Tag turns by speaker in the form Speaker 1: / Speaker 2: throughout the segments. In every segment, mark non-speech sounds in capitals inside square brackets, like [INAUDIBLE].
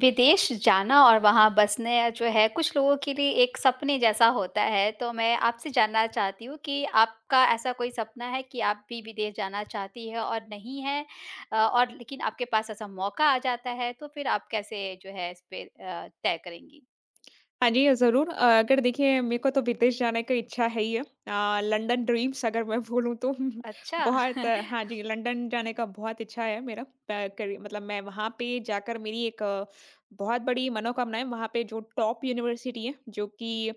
Speaker 1: विदेश जाना और वहाँ बसने या जो है कुछ लोगों के लिए एक सपने जैसा होता है, तो मैं आपसे जानना चाहती हूँ कि आपका ऐसा कोई सपना है कि आप भी विदेश जाना चाहती हैं और नहीं है। और लेकिन आपके पास ऐसा मौका आ जाता है, तो फिर आप कैसे जो है इस पे तय करेंगी?
Speaker 2: हाँ जी, ज़रूर। अगर देखिए मेरे को तो विदेश जाने की इच्छा है ही है। लंदन ड्रीम्स अगर मैं बोलूँ तो [LAUGHS]
Speaker 1: अच्छा।
Speaker 2: बहुत
Speaker 1: [LAUGHS]
Speaker 2: हाँ जी, लंदन जाने का बहुत इच्छा है मेरा। प करी मतलब मैं वहाँ पे जाकर मेरी एक बहुत बड़ी मनोकामना है। वहाँ पे जो टॉप यूनिवर्सिटी है, जो कि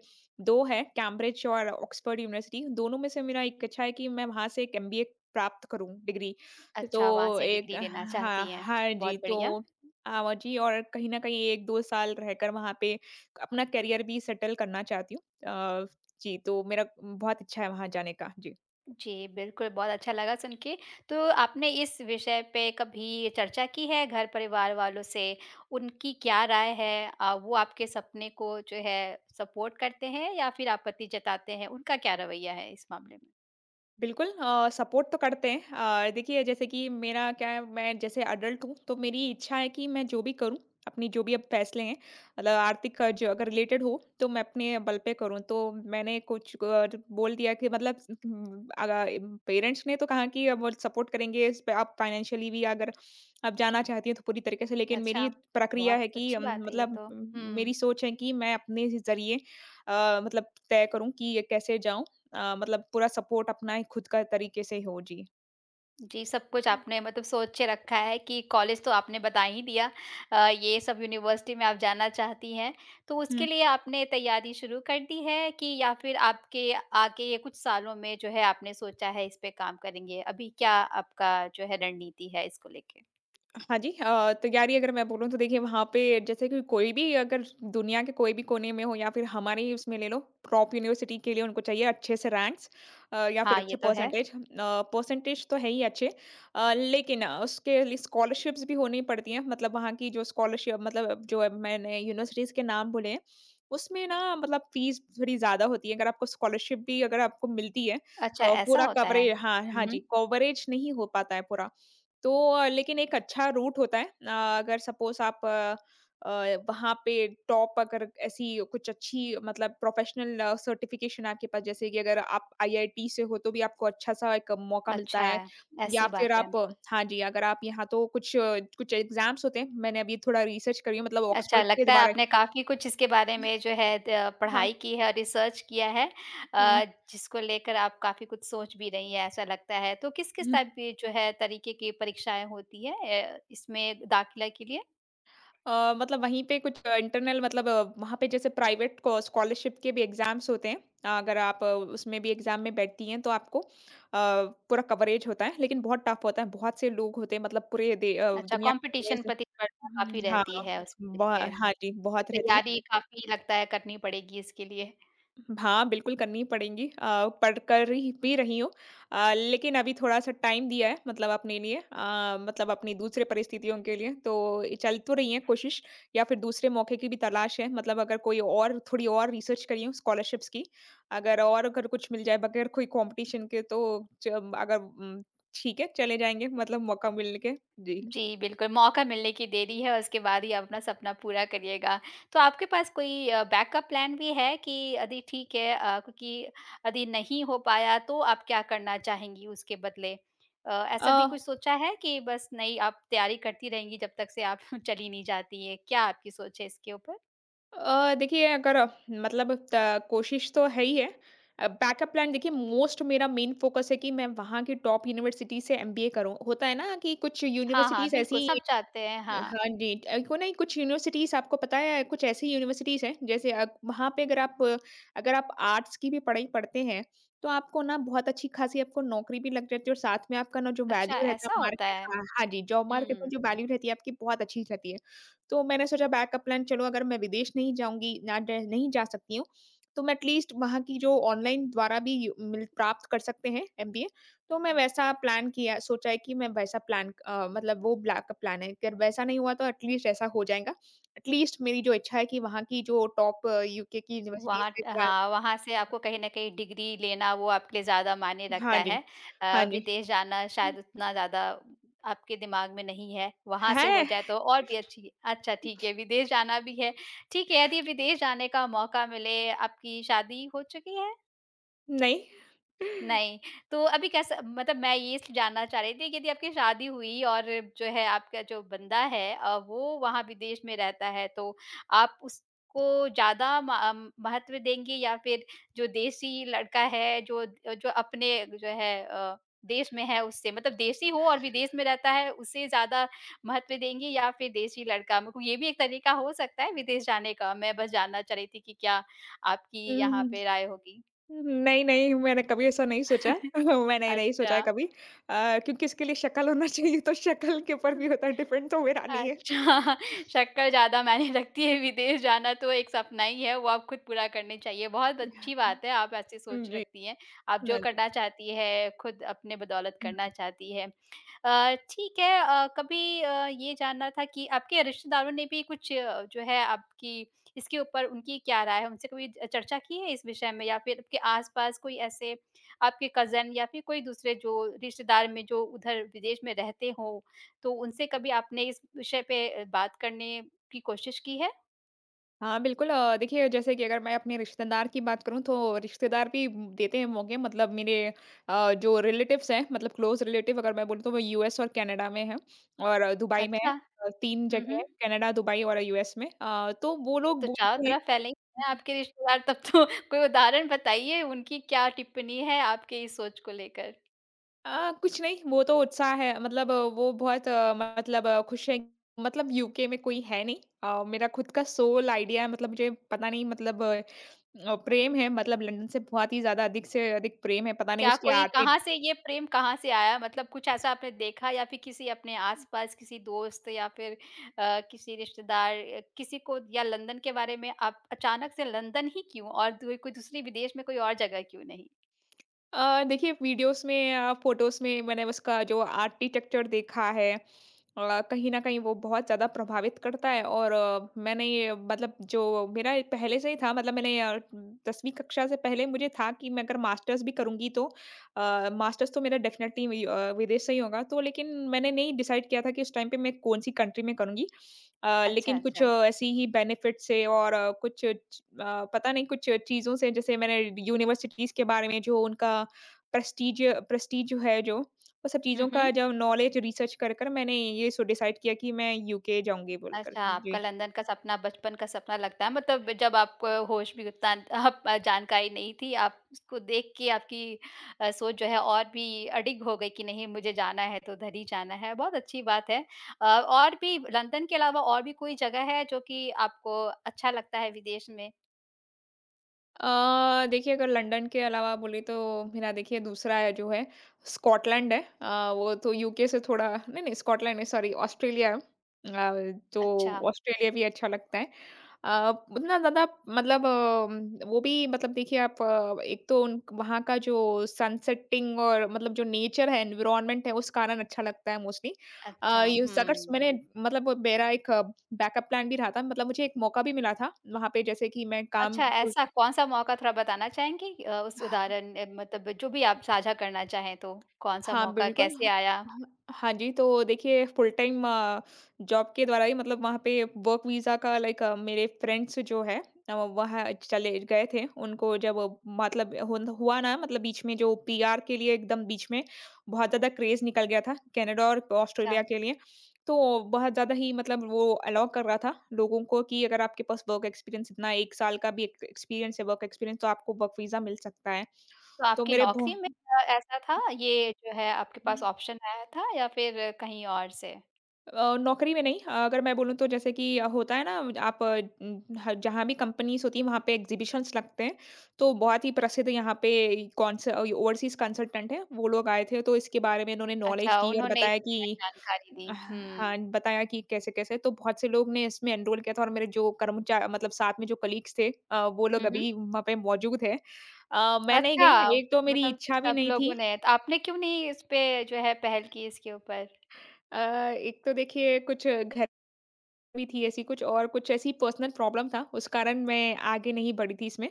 Speaker 2: 2 है, कैम्ब्रिज और ऑक्सफोर्ड यूनिवर्सिटी, दोनों में से मेरा एक इच्छा है कि मैं वहाँ से एक एमबीए प्राप्त करूँ डिग्री।
Speaker 1: अच्छा वहाँ
Speaker 2: तो
Speaker 1: से
Speaker 2: एक
Speaker 1: डिग्री लेना
Speaker 2: हाँ,
Speaker 1: चाहती हैं।
Speaker 2: हाँ
Speaker 1: बहुत
Speaker 2: जी,
Speaker 1: बढ़िया।
Speaker 2: तो हाँ जी और कहीं न कहीं 1-2 साल रहकर वहाँ पे अपना करियर भी सेटल करना चाहती हूँ। अ, जी, तो मेरा बहुत इच्छा है वहाँ जाने का। जी।
Speaker 1: जी, बिल्कुल, बहुत अच्छा लगा सुन के। तो आपने इस विषय पे कभी चर्चा की है घर परिवार वालों से? उनकी क्या राय है? वो आपके सपने को जो है सपोर्ट करते हैं या फिर आपत्ति जताते हैं? उनका क्या रवैया है इस मामले में?
Speaker 2: बिल्कुल सपोर्ट तो करते हैं। देखिए जैसे कि मेरा क्या है, मैं जैसे एडल्ट हूँ, तो मेरी इच्छा है कि मैं जो भी करूँ, अपनी जो भी अब फैसले हैं, मतलब आर्थिक जो अगर रिलेटेड हो तो मैं अपने बल पे करूँ। तो मैंने कुछ बोल दिया कि मतलब अगर पेरेंट्स ने तो कहा कि अब वो सपोर्ट करेंगे इस पे, आप फाइनेंशियली भी अगर आप जाना चाहती हैं तो पूरी तरीके से, लेकिन
Speaker 1: अच्छा।
Speaker 2: मेरी प्रक्रिया
Speaker 1: बहुत
Speaker 2: है कि
Speaker 1: अच्छी बात है ये
Speaker 2: मतलब
Speaker 1: तो। हुँ।
Speaker 2: मेरी सोच है कि मैं अपने ज़रिए मतलब तय करूँ कि ये कैसे जाऊँ। मतलब पूरा सपोर्ट अपना ही खुद का तरीके से हो। जी।
Speaker 1: जी, सब कुछ आपने मतलब सोच के रखा है कि कॉलेज तो आपने बता ही दिया। ये सब यूनिवर्सिटी में आप जाना चाहती हैं। तो उसके
Speaker 2: हुँ।
Speaker 1: लिए आपने तैयारी शुरू कर दी है कि या फिर आपके आगे ये कुछ सालों में जो है आपने सोचा है इस पे काम करेंगे? अभी क्या आपका जो है रणनीति है इसको लेके?
Speaker 2: हाँ जी, तैयारी अगर मैं बोलूँ तो देखिए वहाँ पे जैसे कि कोई भी अगर दुनिया के कोई भी कोने में हो या फिर हमारे ही उसमें ले लो, टॉप यूनिवर्सिटी के लिए उनको चाहिए अच्छे से रैंक्स या फिर
Speaker 1: हाँ, ये
Speaker 2: अच्छे
Speaker 1: तो है।
Speaker 2: परसेंटेज। परसेंटेज तो है ही अच्छे लेकिन उसके लिए स्कॉलरशिप्स भी होनी पड़ती हैं। मतलब वहाँ की जो स्कॉलरशिप, मतलब जो मैंने यूनिवर्सिटीज़ के नाम बोले हैं, उसमें ना मतलब फ़ीस थोड़ी ज़्यादा होती है। अगर आपको स्कॉलरशिप भी अगर आपको मिलती है
Speaker 1: अच्छा ऐसा
Speaker 2: पूरा
Speaker 1: होता है।
Speaker 2: कवरेज हाँ,
Speaker 1: हुँ,
Speaker 2: हाँ
Speaker 1: हुँ।
Speaker 2: जी, कवरेज नहीं हो पाता है पूरा। तो लेकिन एक अच्छा रूट होता है अगर सपोज़ आप अ, वहाँ पे टॉप अगर ऐसी कुछ अच्छी मतलब प्रोफ़ेशनल सर्टिफ़िकेशन आपके पास, जैसे कि अगर आप आईआईटी से हो तो भी आपको अच्छा-सा एक मौका मिलता
Speaker 1: अच्छा,
Speaker 2: है या
Speaker 1: ऐसी
Speaker 2: फिर
Speaker 1: बात है।
Speaker 2: आप हाँ जी, अगर आप यहाँ तो कुछ कुछ एग्ज़ाम्स होते हैं, मैंने अभी थोड़ा रिसर्च करी है मतलब
Speaker 1: अच्छा,
Speaker 2: ऑक्सफ़ोर्ड के
Speaker 1: लगता है
Speaker 2: द्वारा
Speaker 1: आपने काफ़ी कुछ इसके बारे में जो है त
Speaker 2: हाँ,
Speaker 1: पढ़ाई की है और रिसर्च किया है। जिसको लेकर आप काफ़ी कुछ सोच भी रही हैं, ऐसा लगता है। तो किस-किस
Speaker 2: हुँ।
Speaker 1: टाइप की जो है तरीके की परीक्षाएँ होती हैं ए, इसमें दाखिला के लिए?
Speaker 2: मतलब वहीं पे कुछ इंटरनल मतलब वहाँ पे जैसे प्राइवेट को स्कॉलरशिप के भी एग्जाम्स होते हैं। अगर आप उसमें भी एग्जाम में बैठती हैं तो आपको पूरा कवरेज होता है, लेकिन बहुत टफ होता है, बहुत से लोग होते हैं मतलब पूरे
Speaker 1: अच्छा,
Speaker 2: दुनिया में
Speaker 1: कॉम्पिटिशन
Speaker 2: से
Speaker 1: प्रतिस्पर्धा काफ़ी
Speaker 2: हाँ
Speaker 1: रहती है उसको लेके।
Speaker 2: हाँ
Speaker 1: तो
Speaker 2: जी, बहुत रहती है।
Speaker 1: तैयारी काफ़ी लगता है करनी पड़ेगी इसके लिए।
Speaker 2: हाँ, बिल्कुल करनी ही पड़ेंगी। पढ़ कर ही भी रही हूँ। लेकिन अभी थोड़ा-सा टाइम दिया है मतलब अपने लिए मतलब अपनी दूसरे परिस्थितियों के लिए। तो ये चल तो रही है कोशिश, या फिर दूसरे मौके की भी तलाश है। मतलब अगर कोई और थोड़ी और रिसर्च करी हूँ स्कॉलरशिप्स की। अगर और अगर कुछ मिल जाए बगैर कोई कॉम्पिटिशन के तो च अगर ठीक है, चले जाएँगे मतलब मौका मिलने के। जी।
Speaker 1: जी, बिल्कुल, मौका मिलने की देरी है और उसके बाद ही आप अपना सपना पूरा करिएगा। तो आपके पास कोई बैकअप प्लान भी है कि यदि ठीक है क्योंकि यदि नहीं हो पाया तो आप क्या करना चाहेंगी उसके बदले? ऐसा
Speaker 2: अ,
Speaker 1: भी कुछ सोचा है कि बस नहीं आप तैयारी करती रहेंगी जब तक से आप [LAUGHS] चली नहीं जाती है? क्या आपकी सोच है इसके ऊपर?
Speaker 2: देखिए अगर मतलब त कोशिश तो है ही है। बैकअप प्लान देखिए, मोस्ट मेरा मेन फ़ोकस है कि मैं वहाँ की टॉप यूनिवर्सिटी से एमबीए करूँ। होता है ना कि कुछ
Speaker 1: हाँ, हाँ,
Speaker 2: यूनिवर्सिटीज़
Speaker 1: बिल्कुल,
Speaker 2: ऐसी
Speaker 1: सब चाहते हैं, हाँ।
Speaker 2: हाँ जी, क्यों नहीं, कुछ यूनिवर्सिटीज़ आपको पता है, कुछ ऐसी यूनिवर्सिटीज़ हैं जैसे वहाँ पे अगर आप अगर आप आर्ट्स की भी पढ़ाई पढ़ते हैं, तो आपको ना बहुत अच्छी खासी आपको नौकरी भी लग जाती है और साथ में आपका ना जो
Speaker 1: अच्छा,
Speaker 2: वैल्यू रहता है
Speaker 1: ऐसा होता
Speaker 2: मार्केट
Speaker 1: है।
Speaker 2: हाँ, हाँ जी, जॉब मार्केट में
Speaker 1: हुँ।
Speaker 2: जो वैल्यू रहती है आपकी बहुत अच्छी रहती है। तो मैंने सोचा बैकअप प्लान, चलो अगर मैं विदेश नहीं जाऊँगी ना ड नहीं जा सकती हूँ, तो मैं एटलीस्ट वहाँ की जो ऑनलाइन द्वारा भी मिल प्राप्त कर सकते हैं एमबीए, तो मैं वैसा प्लान किया सोचा है कि मैं वैसा प्लान मतलब वो ब्लैक प्लान है, अगर वैसा नहीं हुआ तो एटलीस्ट ऐसा हो जाएगा। एटलीस्ट मेरी जो इच्छा है कि वहाँ की जो टॉप यूके की यूनिवर्सिटीज़
Speaker 1: वहाँ ट
Speaker 2: से करा
Speaker 1: हाँ, वहाँ से आपको कहीं न कहीं डिग्री लेना वो आपके लिए ज़्यादा मायने रखता
Speaker 2: हाँ
Speaker 1: है।
Speaker 2: जी। हाँ जी।
Speaker 1: विदेश जाना शायद उतना ज़्यादा आपके दिमाग में नहीं है, वहाँ से हो
Speaker 2: है,
Speaker 1: जाए तो और भी अच्छी अच्छा ठीक है, विदेश जाना भी है। ठीक है, यदि विदेश जाने का मौका मिले, आपकी शादी हो चुकी है?
Speaker 2: नहीं।
Speaker 1: नहीं। तो अभी कैसा मतलब मैं ये स जानना चाह रही थी कि यदि आपकी शादी हुई और जो है आपका जो बंदा है वो वहाँ विदेश में रहता है तो आप उसको ज़्यादा म महत्व देंगी या फिर जो देसी लड़का है जो जो अपने जो है देश में है उससे मतलब देशी हो और विदेश में रहता है उसे ज़्यादा महत्व देंगी या फिर देशी लड़का? मतलब ये भी एक तरीका हो सकता है विदेश जाने का, मैं बस जानना चाह रही थी कि क्या आपकी
Speaker 2: उम,
Speaker 1: यहाँ पे राय होगी?
Speaker 2: नहीं, नहीं, मैंने कभी ऐसा नहीं सोचा
Speaker 1: [LAUGHS]
Speaker 2: [LAUGHS] है। मैंने नहीं
Speaker 1: अच्छा।
Speaker 2: सोचा है कभी। क्योंकि इसके लिए शक्ल होना चाहिए, तो शक्ल के ऊपर भी होता है डिपेंड, तो मेरा नहीं है।
Speaker 1: अच्छा, [LAUGHS] शक्कर ज़्यादा मायने रखती है, विदेश जाना तो एक सपना ही है, वो आप खुद पूरा करनी चाहिए। बहुत अच्छी बात
Speaker 2: [LAUGHS]
Speaker 1: है, आप ऐसी सोच
Speaker 2: जी,
Speaker 1: रखती हैं। आप जो
Speaker 2: हाँ जी।
Speaker 1: करना चाहती है, खुद अपने बदौलत करना चाहती है। ठीक है कभी ये जानना था कि आपके रिश्तेदारों ने भी कुछ जो है आपकी इसके ऊपर उनकी क्या राय है? उनसे कभी च चर्चा की है इस विषय में या फिर आपके आस-पास कोई ऐसे आपके कज़न या फिर कोई दूसरे जो रिश्तेदार में जो उधर विदेश में रहते हों, तो उनसे कभी आपने इस विषय पे बात करने की कोशिश की है?
Speaker 2: हाँ, बिल्कुल देखिए जैसे कि अगर मैं अपने रिश्तेदार की बात करूँ तो रिश्तेदार भी देते हैं मौके, मतलब मेरे जो रिलेटिव्स हैं मतलब क्लोज़ रिलेटिव अगर मैं बोलूँ तो वो यूएस और कनाडा में हैं और दुबई में
Speaker 1: अच्छा।
Speaker 2: हैं। 3
Speaker 1: हुँ,
Speaker 2: जगह
Speaker 1: हुँ।
Speaker 2: है, कनाडा, दुबई और यूएस में। तो वो लोग
Speaker 1: तो चारों
Speaker 2: बोलते हैं
Speaker 1: तरफ फैले ही हैं आपके रिश्तेदार तब तो [LAUGHS] कोई उदाहरण बताइए उनकी क्या टिप्पणी है आपके इस सोच को लेकर?
Speaker 2: कुछ नहीं, वो तो उत्साह है, मतलब वो बहुत मतलब खुश हैं, मतलब यूके में कोई है नहीं। मेरा खुद का सोल आइडिया है, मतलब मुझे पता नहीं मतलब प्रेम है मतलब लंदन से बहुत ही ज़्यादा, अधिक से अधिक प्रेम है, पता नहीं
Speaker 1: क्या
Speaker 2: उसकी
Speaker 1: कोई कहाँ
Speaker 2: आर्टिट
Speaker 1: से ये प्रेम कहाँ से आया? मतलब कुछ ऐसा आपने देखा या फिर किसी अपने आस-पास किसी दोस्त या फिर किसी रिश्तेदार किसी को या लंदन के बारे में आप अचानक से लंदन ही क्यों? और दूर कोई दूसरी विदेश में कोई और जगह क्यों नहीं?
Speaker 2: देखिए वीडियोस में फोटोस में मैंने उसका जो आर्किटेक्चर देखा है कहीं न कहीं वो बहुत ज़्यादा प्रभावित करता है और मैंने ये मतलब जो मेरा ये पहले से ही था, मतलब मैंने 10वीं कक्षा से पहले मुझे था कि मैं अगर मास्टर्स भी करूँगी तो मास्टर्स तो मेरा डेफ़िनेटली विदेश से ही होगा। तो लेकिन मैंने नहीं डिसाइड किया था कि उस टाइम पे मैं कौन-सी कंट्री में करूँगी।
Speaker 1: अच्छा,
Speaker 2: लेकिन कुछ
Speaker 1: अच्छा।
Speaker 2: ऐसी ही बेनिफिट से और कुछ पता नहीं कुछ चीज़ों से जैसे मैंने यूनिवर्सिटीज़ के बारे में जो उनका प्रेस्टीज प्रेस्टीज जो है जो, वो सब
Speaker 1: हुँ,
Speaker 2: चीज़ों
Speaker 1: हुँ।
Speaker 2: का जब नॉलेज रिसर्च कर मैंने ये सो डिसाइड किया कि मैं यूके जाऊँगी बोलकर।
Speaker 1: अच्छा, आपका
Speaker 2: जी।
Speaker 1: लंदन का सपना बचपन का सपना लगता है मतलब जब आपको होश भी उतना [LAUGHS] आप जानकारी नहीं थी, आप उसको देख के आपकी सोच जो है और भी अडिग हो गई कि नहीं मुझे जाना है तो उधर ही जाना है, बहुत अच्छी बात है। और भी लंदन के अलावा और भी कोई जगह है जो कि आपको अच्छा लगता है विदेश में?
Speaker 2: देखिए अगर लंदन के अलावा बोले तो मेरा देखिए दूसरा है जो है स्कॉटलैंड है। वो तो यूके से थोड़ा नहीं, नहीं, स्कॉटलैंड नहीं, सॉरी, ऑस्ट्रेलिया है। तो
Speaker 1: अच्छा,
Speaker 2: ऑस्ट्रेलिया भी अच्छा लगता है। उतना ज़्यादा मतलब वो भी मतलब देखिए आप एक तो उन वहाँ का जो सनसेटिंग और मतलब जो नेचर है, एनवायरनमेंट है, उस कारण अच्छा लगता है मोस्टली।
Speaker 1: अच्छा,
Speaker 2: ये सकट्स
Speaker 1: हुँ।
Speaker 2: मैंने मतलब वो मेरा एक बैकअप प्लान भी रहा था, मतलब मुझे एक मौका भी मिला था, वहाँ पे जैसे कि मैं काम
Speaker 1: अच्छा ऐसा कौन-सा मौका थोड़ा बताना चाहेंगी? उस उदाहरण मतलब जो भी आप साझा करना चाहें तो, कौन-सा
Speaker 2: हाँ,
Speaker 1: मौका
Speaker 2: बिल्कुल।
Speaker 1: कैसे
Speaker 2: ह
Speaker 1: आया?
Speaker 2: ह हाँ जी, तो देखिए फुल टाइम जॉब के द्वारा ही मतलब वहाँ पे वर्क वीज़ा का लाइक, मेरे फ्रेंड्स जो है वहाँ चले गए थे। उनको जब वो मतलब हुन हुआ ना मतलब बीच में जो पीआर के लिए एकदम बीच में बहुत ज़्यादा क्रेज़ निकल गया था कनाडा और
Speaker 1: अच्छा।
Speaker 2: ऑस्ट्रेलिया के लिए। तो बहुत ज़्यादा ही मतलब वो अलाउ कर रहा था लोगों को कि अगर आपके पास वर्क एक्सपीरियंस इतना 1 साल का भी एक एक्सपीरियंस है वर्क एक्सपीरियंस, तो आपको वर्क वीज़ा मिल सकता है।
Speaker 1: तो
Speaker 2: तो
Speaker 1: आपकी
Speaker 2: मेरे भो
Speaker 1: नौकरी में ऐसा था ये जो है आपके पास ऑप्शन आया था या फिर कहीं और से?
Speaker 2: नौकरी में नहीं, अगर मैं बोलूँ तो जैसे कि होता है ना, आप न- ह जहाँ भी कंपनीज़ होती हैं वहाँ पे एग्ज़िबिशन्स लगते हैं। तो बहुत ही प्रसिद्ध यहाँ पे ओवरसीज़ कंसल्टेंट हैं, वो लोग आए थे, तो इसके बारे में इन्होंने नॉलेज
Speaker 1: अच्छा,
Speaker 2: दी और
Speaker 1: उन्होंने
Speaker 2: बताया
Speaker 1: इतनी
Speaker 2: कि
Speaker 1: जानकारी दी। हुँ।
Speaker 2: हाँ, बताया कि कैसे-कैसे तो बहुत से लोग ने इसमें एनरोल किया था और मेरे जो कर्मचा मतलब साथ में जो कलीग्स थे वो लोग
Speaker 1: हुँ, हुँ।
Speaker 2: अभी वहाँ पे मौजूद हैं। मैं नहीं
Speaker 1: अच्छा,
Speaker 2: गई, एक तो मेरी
Speaker 1: मतलब
Speaker 2: इच्छा भी
Speaker 1: सब
Speaker 2: नहीं
Speaker 1: लोगों
Speaker 2: थी।
Speaker 1: ने तो आपने क्यों नहीं इस पे जो है पहल की इसके ऊपर?
Speaker 2: अ, एक तो देखिए कुछ घर भी थी ऐसी कुछ और कुछ ऐसी पर्सनल प्रॉब्लम था, उस कारण मैं आगे नहीं बढ़ी थी इसमें,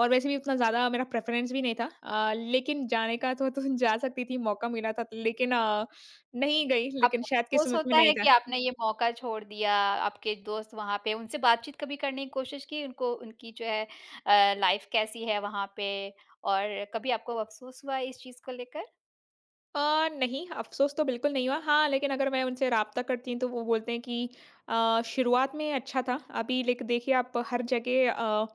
Speaker 2: और वैसे भी उतना ज़्यादा मेरा प्रेफ़रेंस भी नहीं था। लेकिन जाने का तो जा सकती थी, मौका मिला था, लेकिन नहीं गई, लेकिन
Speaker 1: आपको
Speaker 2: शायद
Speaker 1: अफ़सोस
Speaker 2: किस्मत में
Speaker 1: होता
Speaker 2: नहीं
Speaker 1: है
Speaker 2: था।
Speaker 1: कि आपने ये मौका छोड़ दिया, आपके दोस्त वहाँ पे उनसे बातचीत कभी करने की कोशिश की? उनको उनकी जो है लाइफ़ कैसी है वहाँ पे और कभी आपको अफ़सोस हुआ इस चीज़ को लेकर?
Speaker 2: अ, नहीं, अफ़सोस तो बिल्कुल नहीं हुआ। हाँ, लेकिन अगर मैं उनसे राब्ता करती हूँ, तो वो बोलते हैं कि शुरुआत में अच्छा था, अभी लेक देखिए आप हर जगह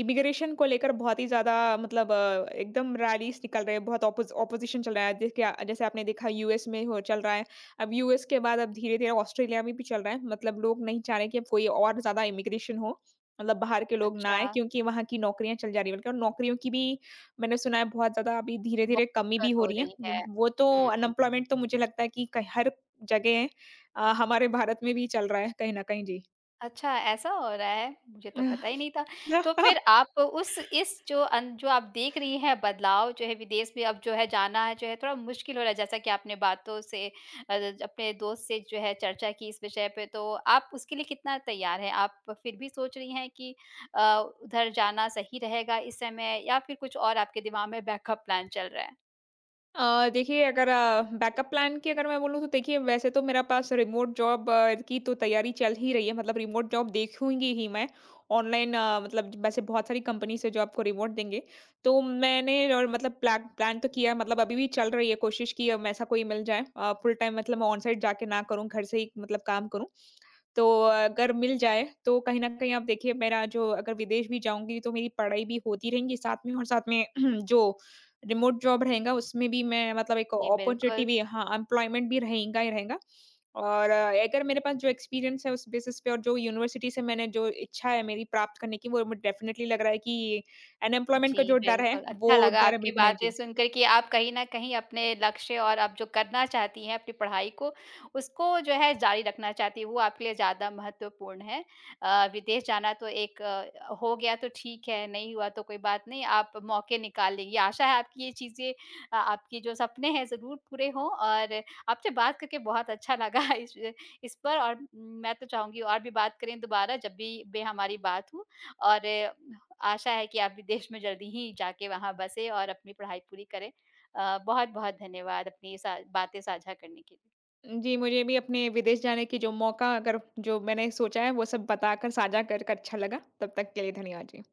Speaker 2: इमिग्रेशन को लेकर बहुत ही ज़्यादा मतलब एकदम रैलीज निकल रहे हैं, बहुत ऑपोजिशन चल रहा है। जैसे क्या जैसे आपने देखा यूएस में हो चल रहा है, अब यूएस के बाद अब धीरे-धीरे ऑस्ट्रेलिया में भी चल रहा है। मतलब लोग नहीं चाह रहे कि अब कोई और ज़्यादा इमिग्रेशन हो, मतलब बाहर के लोग ना
Speaker 1: अच्छा।
Speaker 2: आएँ, क्योंकि वहाँ की नौकरियाँ चल जा रही हैं, बल्कि और नौकरियों की भी मैंने सुना है बहुत ज़्यादा अभी
Speaker 1: बहुत
Speaker 2: धीरे-धीरे कमी
Speaker 1: दिक्कत
Speaker 2: भी हो
Speaker 1: हो
Speaker 2: रही है।
Speaker 1: रही है।
Speaker 2: ज वो तो
Speaker 1: हुँ।
Speaker 2: अनएम्प्लॉयमेंट तो मुझे लगता है कि कहीं हर जगह है। हमारे भारत में भी चल रहा है कहीं न कहीं।
Speaker 1: अच्छा ऐसा हो रहा है, मुझे तो पता ही नहीं था।
Speaker 2: जी।
Speaker 1: तो
Speaker 2: [LAUGHS]
Speaker 1: फिर आप उस इस जो अन जो आप देख रही हैं बदलाव जो है विदेश में अब जो है जाना है, जो है थोड़ा मुश्किल हो रहा है जैसा कि आपने बातों से अपने दोस्त से जो है चर्चा की इस विषय पे तो आप उसके लिए कितना तैयार हैं? आप फिर भी सोच रही हैं कि उधर जाना सही रहेगा इस समय या फिर कुछ और आपके दिमाग में बैकअप प्लान चल रहा है?
Speaker 2: देखिए अगर बैकअप प्लान की अगर मैं बोलूँ तो देखिए वैसे तो मेरा पास रिमोट जॉब की तो तैयारी चल ही रही है, मतलब रिमोट जॉब देखूंगी ही मैं ऑनलाइन मतलब वैसे बहुत सारी कंपनी से जो आपको रिमोट देंगे, तो मैंने और मतलब प्लान प्लान तो किया है, मतलब अभी भी चल रही है कोशिश की है, ऐसा कोई मिल जाए फुल टाइम, मतलब मैं ऑन साइट जाके ना करूँ, घर से ही मतलब काम करूँ, तो अगर मिल जाए तो कहीं न कहीं आप देखिए मेरा जो अगर विदेश भी जाऊँगी तो मेरी पढ़ाई भी होती रहेंगी साथ में और साथ में [CLEARS THROAT] जो रिमोट जॉब रहेगा उसमें भी मैं मतलब एक
Speaker 1: जी,
Speaker 2: अपॉर्च्युनिटी
Speaker 1: बिल्कुल।
Speaker 2: भी हाँ, एम्प्लॉयमेंट भी रहेगा ही रहेगा। और अगर मेरे पास जो एक्सपीरियंस है उस बेसिस पे और जो यूनिवर्सिटी से मैंने जो इच्छा है मेरी प्राप्त करने की, वो मुझे डेफिनिटली लग रहा है कि अनएम्प्लॉयमेंट
Speaker 1: जी,
Speaker 2: का जो डर है,
Speaker 1: बिल्कुल, अच्छा
Speaker 2: वो
Speaker 1: लगा
Speaker 2: डर है
Speaker 1: आपकी
Speaker 2: बिल्कुल नहीं
Speaker 1: बातें
Speaker 2: जी।
Speaker 1: सुनकर कि आप कहीं न कहीं अपने लक्ष्य और आप जो करना चाहती हैं अपनी पढ़ाई को, उसको जो है जारी रखना चाहती हैं, वो आपके लिए ज़्यादा महत्वपूर्ण है। विदेश जाना तो एक हो गया तो ठीक है, नहीं हुआ तो कोई बात नहीं, आप मौके निकाल लेंगी। आशा है आपकी ये चीज़ें आपके जो सपने हैं ज़रूर पूरे हों और आपसे बात करके बहुत अच्छा लगा [LAUGHS] इस पर और मैं तो चाहूँगी और भी बात करें दोबारा जब भी बे हमारी बात हो और आशा है कि आप विदेश में जल्दी ही जाके वहाँ बसें और अपनी पढ़ाई पूरी करें। बहुत-बहुत धन्यवाद अपनी ये सा बातें साझा करने के लिए।
Speaker 2: जी, मुझे भी अपने विदेश जाने की जो मौका अगर जो मैंने सोचा है वो सब बताकर साझा कर कर अच्छा लगा। तब तक के लिए धन्यवाद जी।